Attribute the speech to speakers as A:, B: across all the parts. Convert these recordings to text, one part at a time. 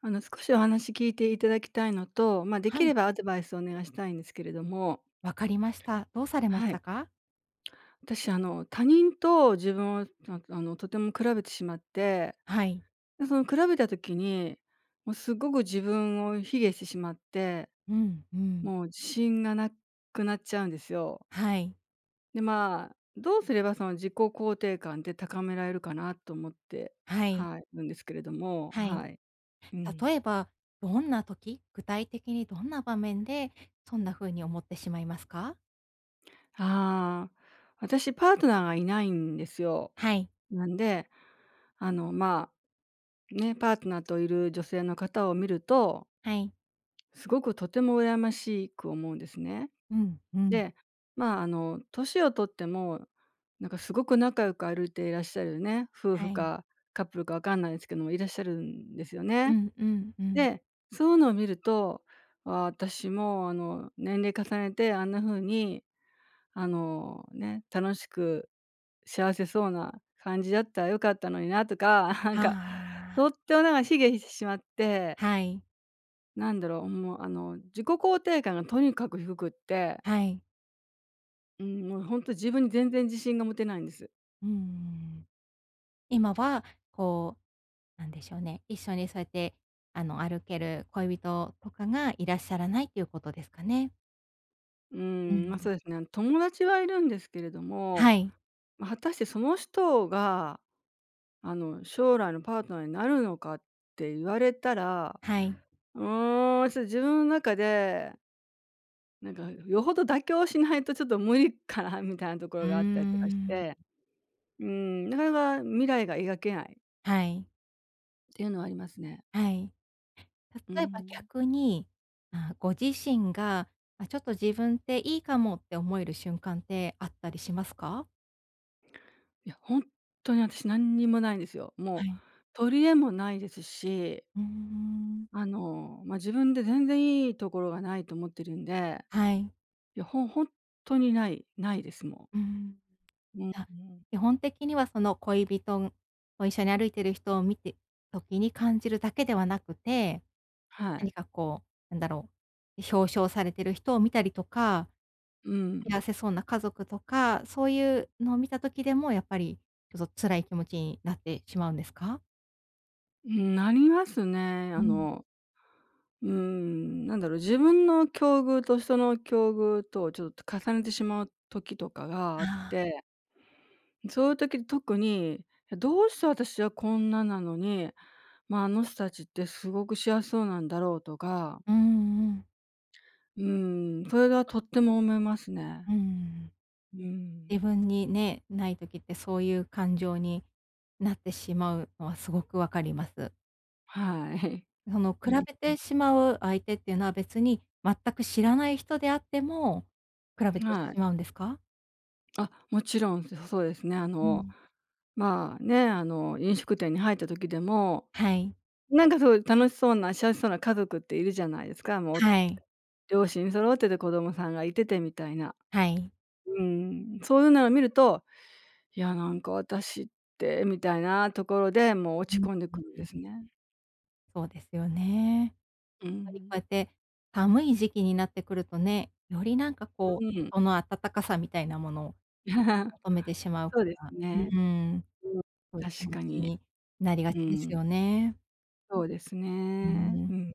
A: 少しお話聞いていただきたいのと、まあ、で
B: は
A: き
B: い、
A: ればアドバイスをお願いしたいんですけれども、
B: 分かりました。どうされまし
A: は
B: た
A: い。
B: か？
A: 私、他人と自分を、とても比べてしまって、
B: はい。
A: で、その比べた時に、もうすごく自分を卑下してしまって、
B: うん、うん。
A: もう自信がなくなっちゃうんですよ。
B: はい、
A: で、まあ、どうすればその自己肯定感って高められるかなと思って、
B: はい、
A: はい、いるんですけれども、
B: はい。
A: はい。うん。
B: 例えば、どんな時、具体的にどんな場面で、そんな風に思ってしまいますか？
A: ああ、私パートナーがいないんですよ。
B: はい、
A: なんで、まあ、ね、パートナーといる女性の方を見ると、
B: はい。
A: すごくとても羨ましく思うんですね。
B: うん、うん。
A: で、まあ、年をとっても、なんかすごく仲良く歩いていらっしゃるね、夫
B: は
A: 婦
B: い。
A: かカップルかわかんないですけども、いらっしゃるんですよ
B: う
A: ね。
B: んうんうん。
A: で、そういうのを見ると、あ私も、年齢重ねて、あんな風に、ね、楽しく幸せそうな感じだったら良かったのになとか、なん
B: あ
A: か、
B: あ、
A: とってもなんか卑下してしまって、
B: はい、
A: なんだろう、もう自己肯定感がとにかく低くって、
B: はい。
A: うん、もうほんと自分に全然自信が持てないんです。
B: うんうん。今は、こなんでしょうね、一緒にそうやって、歩ける恋人とかがいらっしゃらないっていうことですかね？
A: うー
B: う
A: ん、ま、
B: ん。
A: そうですね、友達はいるんですけれど
B: は
A: も、
B: い、
A: ま、果たしてその人が、将来のパートナーになるのかって言われたら、
B: はい。
A: うーん、ちょっと自分の中でなんか、よほど妥協しないとちょっと無理かなみたいなとこ
B: う
A: ろ
B: ー
A: があったりとかし
B: ん、
A: て、うん、なかなか未来が描けない
B: はい、
A: っていうのはありますね。
B: はい。
A: う
B: 例えば
A: ん。
B: 逆に、まあ、ご自身が、あ、ちょっと自分っていいかもって思える瞬間ってあったりしますか？
A: いや、本当に私何にもないんですよ。も
B: は
A: う
B: い。
A: 取り柄もないですし、
B: うーん。
A: まあ、自分で全然いいところがないと思ってるんで、
B: はい。
A: いや、ほほん本当にない、ないです、も
B: うーん。
A: う。ん
B: じゃ、
A: うん。
B: 基本的にはその恋人と一緒に歩いてる人を見て時に感じるだけではなくて、
A: は
B: 何
A: い。
B: かなんだろう、表彰されてる人を見たりとか
A: う
B: 幸
A: ん。
B: せそうな家族とか、そういうのを見た時でも、やっぱりちょっと辛い気持ちになってしまうんですか？
A: うん、なりますね。
B: うん。
A: うーん、なんだろう、自分の境遇と人の境遇とちょっと重ねてしまう時とかがあっ
B: ああ、
A: て、そういう時特に、いや、どうして私はこんななのに、まあ、あの人たちってすごく幸せそうなんだろうとか、
B: うんうん。
A: うーん、それがとっても思いますね。
B: うん。
A: うん、
B: 自分にね、ない時ってそういう感情になってしまうのはすごくわかります。
A: はい。
B: その比べ てしまう相手っていうのは別に全く知らない人であっても、比べ
A: うん、
B: て
A: はい。
B: しまうんですか？
A: あ、もちろん、そうですね。
B: うん。
A: まあ、ね、飲食店に入った時でも
B: はい、
A: なんかそう、楽しそうな、幸せそうな家族っているじゃないですか、もう、
B: はい、
A: 両親揃ってて子供さんがいててみたいな。
B: はい。
A: うん、そういうのを見ると、いやなんか私ってみたいなところで、もう
B: うん。
A: 落ち
B: う
A: 込んでくるんです
B: ん、
A: ね。
B: そうですよね。
A: う
B: ぱりこ
A: ん。
B: うやって寒い時期になってくるとね、よりなんか
A: うん。
B: その暖かさみたいなものを 求めてしまうか
A: そうです
B: ら、
A: ね。
B: うん、
A: うん、
B: そういう気
A: 確
B: 持
A: か
B: ち
A: に。
B: になりがち
A: う
B: です
A: ん、
B: よね。
A: そうです
B: う
A: ね。
B: ん。
A: うん、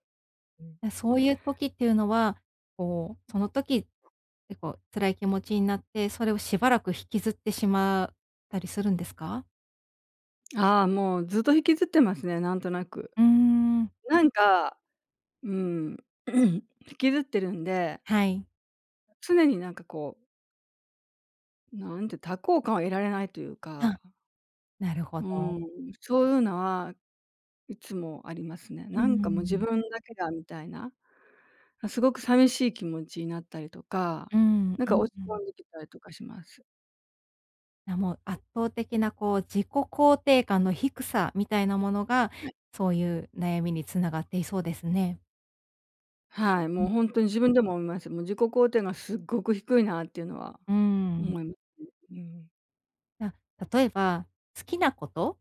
B: でそういう時っていうのは、こう、その時、結構辛い気持ちになって、それをしばらく引きずってしまったりするんですか？
A: ああ、もうずっと引きずってますね、なんとなく。
B: うーん、
A: なんか、うん、引きずってるんで、
B: はい。
A: 常になんかこうなんて、多幸感を得られないという
B: あ、
A: か、
B: なるほ
A: う
B: ど。
A: ん、そういうのはいつもありますね。
B: う
A: なんかもう自
B: ん。
A: 分だけだみたいな。すごく寂しい気持ちになったりとか、
B: うん、う
A: なんか
B: ん
A: 落ち
B: う
A: 込
B: ん。
A: んできたりとかします。
B: な、もう圧倒的なこう自己肯定感の低さみたいなものが、
A: はい。
B: そういう悩みにつながっていそうですね。
A: はい、
B: う
A: も
B: ん。
A: う本当に自分でも思います。もう自己肯定がすっごく低いなっていうのは思います。うん。
B: な例えば、好きなこと、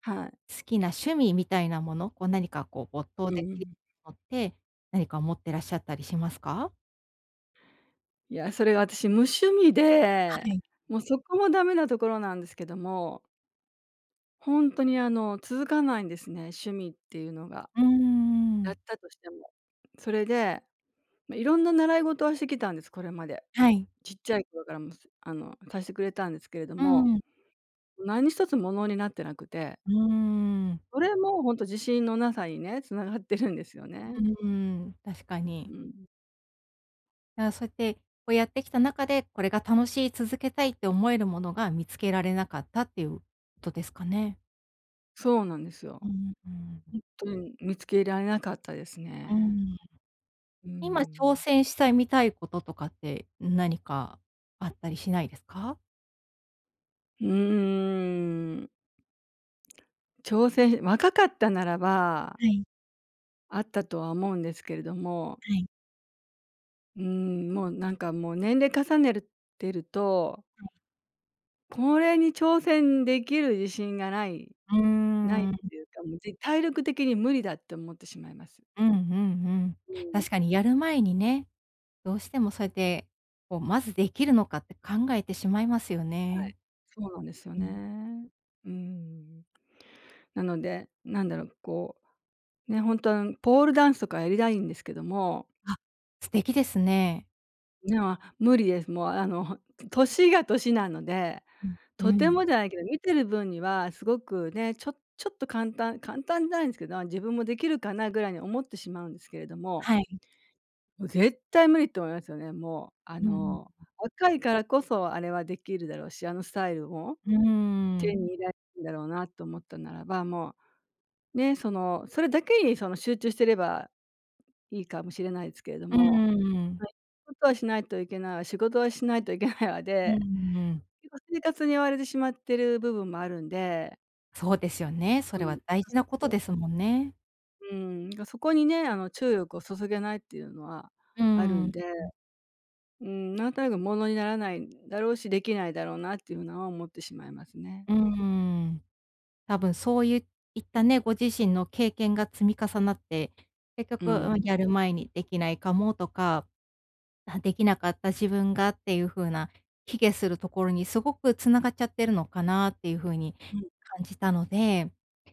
A: はい。
B: 好きな趣味みたいなもの、こう何かこう没頭
A: うん
B: で
A: う
B: きる
A: ん。
B: ものって、何か持ってらっしゃったりしますか？
A: いや、それが私無趣味
B: は
A: で、
B: い。
A: もうそこもダメなところなんですけどもほんとに、続かないんですね、趣味っていうのが。
B: うー
A: やっ
B: ん。
A: たとしても。それで、ま、いろんな習い事はしてきたんです、これまで。
B: はい。
A: ちっちゃい頃からも、すあの、さしてくれたんですけれど
B: う
A: も、
B: ん。
A: 何一つものになってなくて、
B: うーん。
A: それもほんと自信のなさにね、繋がってるんですよね。
B: うーん。確か
A: う
B: に。
A: ん。
B: だからそうやって、こうやってきた中で、これが楽しい、続けたいって思えるものが見つけられなかったっていうことですかね？
A: そうなんです
B: う
A: よ。
B: ん、う
A: とに見つけられなかったです
B: ん、う
A: ね。
B: ん。
A: うー
B: 今挑
A: ん。
B: 戦したいみたいこととかって何かあったりしないですか？
A: うーん。若かったならば、
B: はい、
A: あったとは思うんですけれども
B: はい。
A: うん、もうなんかもう年齢重ねるてると、これに挑戦できる自信がない、
B: うー
A: ないっ
B: ん、うん
A: ていうか、もう体力的に無理だって思ってしまいます。
B: うんうん。
A: うん、
B: 確かにやる前にね、どうしてもそうやって、こう、まずできるのかって考えてしまいますよ
A: はい。
B: ね。
A: そうなんですよ
B: うん。
A: ね。うん。なので、なんだろう、こう、ね、本当はポールダンスとかやりたいんですけども
B: あ、素敵ですね。
A: いや、無理です。もう年が年なので、
B: うん。う
A: とて
B: ん。
A: もじゃないけど、見てる分にはすごくね、ちょっと簡単簡単じゃないんですけど、自分もできるかなぐらいに思ってしまうんですけれども、
B: はい。
A: もう絶対無理と思いますよね。もう
B: うんうん。
A: 若いからこそあれはできるだろうし、あのスタイルも
B: うー
A: 手
B: ん。
A: に入れられるんだろうなと思ったならば、もうね、それだけに集中してればいいかもしれないですけれど
B: うー
A: も、
B: ん。
A: はい、仕事はしないといけないわ、仕事はしないといけないわ
B: う
A: で
B: んうん。
A: 結構生活に追われてしまってる部分もあるんで、
B: そうですよね。そ
A: う
B: れ
A: ん、
B: は
A: そ
B: 大
A: う
B: 事なこ
A: そう
B: と
A: そ
B: で
A: う。
B: すもんね。
A: うん、だからそこにね、注力を注げないっていうのは
B: う
A: あるん
B: ん。
A: で、うん、なんとなくものにならないだろうし、できないだろうなっていうのは思ってしまいますね。
B: うーん。多分そうゆいったね、ご自身の経験が積み重なって、結
A: う
B: 局、う
A: ん。
B: ん、やる前にできないかもとか、あ、できなかった自分がっていう風な、卑下するところにすごく繋がっちゃってるのかなっていう風に
A: うん、
B: 感じたので、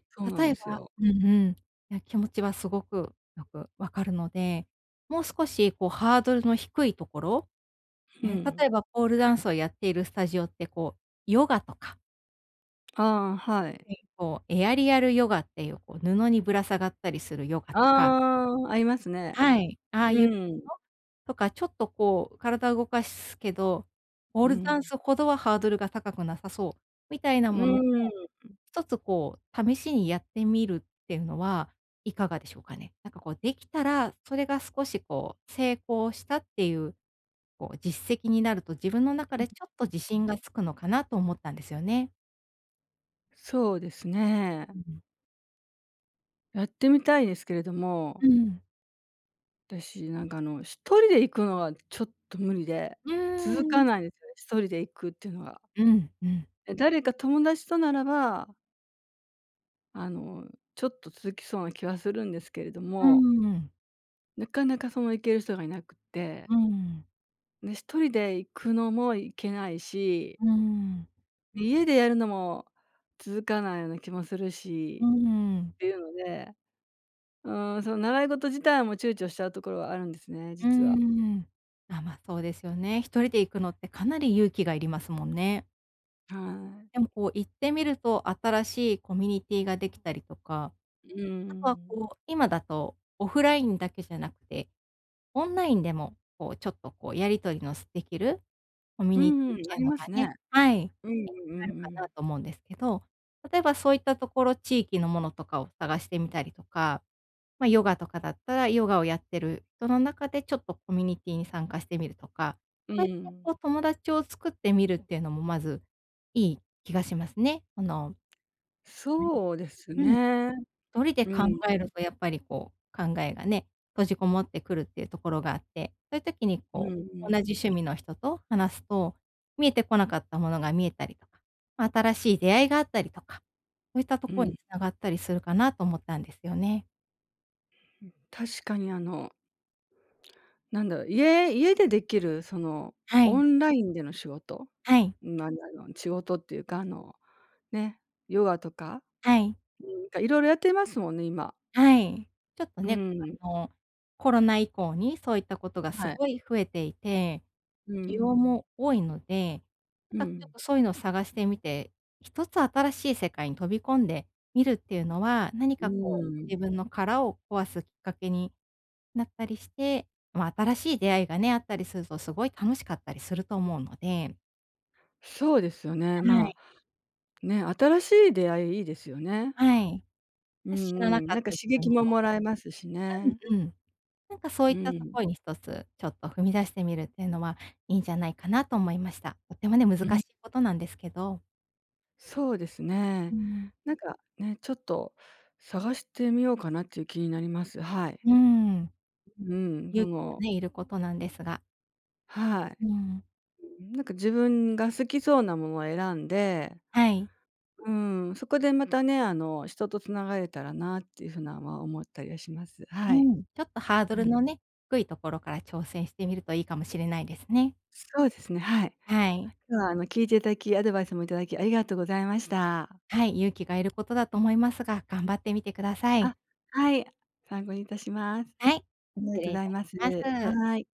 A: そうなん
B: 例
A: で
B: え
A: す
B: ば
A: よ。
B: うんうん。いや、気持ちはすごくよく分かるので、もう少しこうハードルの低いところ
A: う
B: え、例
A: ん。
B: えばポールダンスをやっているスタジオって、こう、ヨガとか、
A: ああ、はい。
B: はい。こう、エアリアルヨガっていう、こう、布にぶら下がったりするヨガ
A: あ
B: とか
A: あ、ありますね。
B: はい、ああ
A: う
B: いう
A: ん。
B: のとか、ちょっとこう、体を動かすけど、ポー
A: う
B: ルダン
A: ん。
B: スほどはハードルが高くなさそうみたいな
A: う
B: もの、
A: ん。
B: 一つこう、試しにやってみるっていうのはいかがでしょうかね？なんかこう、できたら、それが少しこう、成功したっていうこう実績になると、自分の中でちょっと自信がつくのかなと思ったんですよね。
A: そうですね。
B: うん。
A: やってみたいですけれども
B: うん。
A: 私、なんか一人で行くのはちょっと無理で、
B: う
A: 続か
B: ん、
A: ないんですよね、一人で行くっていうのが。
B: うん。
A: 誰か友達とならば、あの、ちょっと続きそうな気はするんですけれど
B: う
A: も、
B: ん。
A: なかなかその行ける人がいなくって、
B: うん。
A: で、一人で行くのも行けないし、
B: うん。
A: 家でやるのも続かないような気もする
B: う
A: し
B: ん。
A: っていうので、うーん、その習い事自体も躊躇しちゃうところはあるんですね、
B: う
A: 実は。
B: ん。あ、ま、そうですよね。一人で行くのってかなり勇気がいりますもんね。
A: は
B: でもこう行ってみると、新しいコミュニティができたりとか、あとは
A: い。
B: こう、今だとオフラインだけじゃなくて、オンラインでもこうちょっとこうやり取りのすできるコミュ
A: う
B: ニ
A: ん
B: ティ
A: う
B: っ
A: ん、あ
B: ていう
A: り
B: の
A: ま
B: が
A: す
B: ね
A: ね。
B: はい。
A: うんうんう
B: ある
A: んう
B: かな
A: ん。
B: と思うんですけど、例えばそういったところ、地域のものとかを探してみたりとか、まあ、ヨガとかだったら、ヨガをやってる人の中でちょっとコミュニティに参加してみるとか、
A: う
B: そうやって
A: ん。
B: こう友達を作ってみるっていうのもまずいい気がしますね。あのうん。
A: そうですね。
B: 一人で
A: う
B: 考
A: ん、
B: えるとやっぱりこう、考えがね、閉じこもってくるっていうところがあって、そういう時に
A: うんう
B: こう、同
A: ん
B: じ趣味の人と話すと、見えてこなかったものが見えたりとか、ま、新しい出会いがあったりとか、そういったと
A: う
B: ころに
A: ん。
B: 繋がったりするかなと思ったんですよね。
A: 確かになんだろう、家でできるその
B: は
A: オ
B: い、
A: ンラインでの仕事、
B: はい、
A: なんだろう、仕事っていうか、ね、ヨガとか、
B: はい、
A: うんかいろいろやってますもんね、今。
B: はい。ちょっと
A: う
B: ね、
A: ん、
B: あの、コロナ以降にそういったことがす
A: はい。
B: ごい増えていて
A: うんう
B: 需要
A: ん。
B: も多いので、なん
A: う
B: かちょっ
A: ん。
B: とそういうのを探してみて、一つ新しい世界に飛び込んでみるっていうのは、何かこう自
A: ん。
B: 分の殻を壊すきっかけになったりして、ま、新しい出会いがね、あったりするとすごい楽しかったりすると思うので
A: そうですよね。
B: は
A: ま
B: い、
A: あ、ね、新しい出会いいいですよね。
B: はい。
A: うん
B: 知らな
A: うん。
B: かっ
A: なんか
B: た自
A: 刺
B: 分
A: 激
B: に
A: も
B: も
A: もらえますしね。
B: うんうん。なんかそうい
A: う
B: ったと
A: ん。
B: ころに一つちょっと踏み出してみるっていうのはいいんじゃないかなと思いました。とってもね、難
A: うん。
B: しいことなんですけど。
A: そうですね。
B: うん。
A: なんかね、ちょっと探してみようかなっていう気になります。はい。
B: うーん。
A: うん、
B: 勇気がね、いることなんですが。
A: はい。
B: うん。
A: なんか自分が好きそうなものを選んで、
B: はい。
A: うん、そこでまたね、人とつながれたらなっていうふうなのは思ったりはします。
B: う
A: はい。
B: ん。ちょっとハード
A: う
B: ル
A: ん。
B: のね、低いところから挑戦してみるといいかもしれないですね。
A: そうですね、はい。
B: はい。
A: 今日は聞いていただき、アドバイスもいただきありがとうございました。
B: はい、勇気がいることだと思いますが、頑張ってみてください。
A: あ、はい、参考にいたします。
B: はい、
A: ありが
B: 失
A: とう
B: 礼
A: ご
B: い
A: ざい
B: たし
A: ます。
B: ます。
A: はい。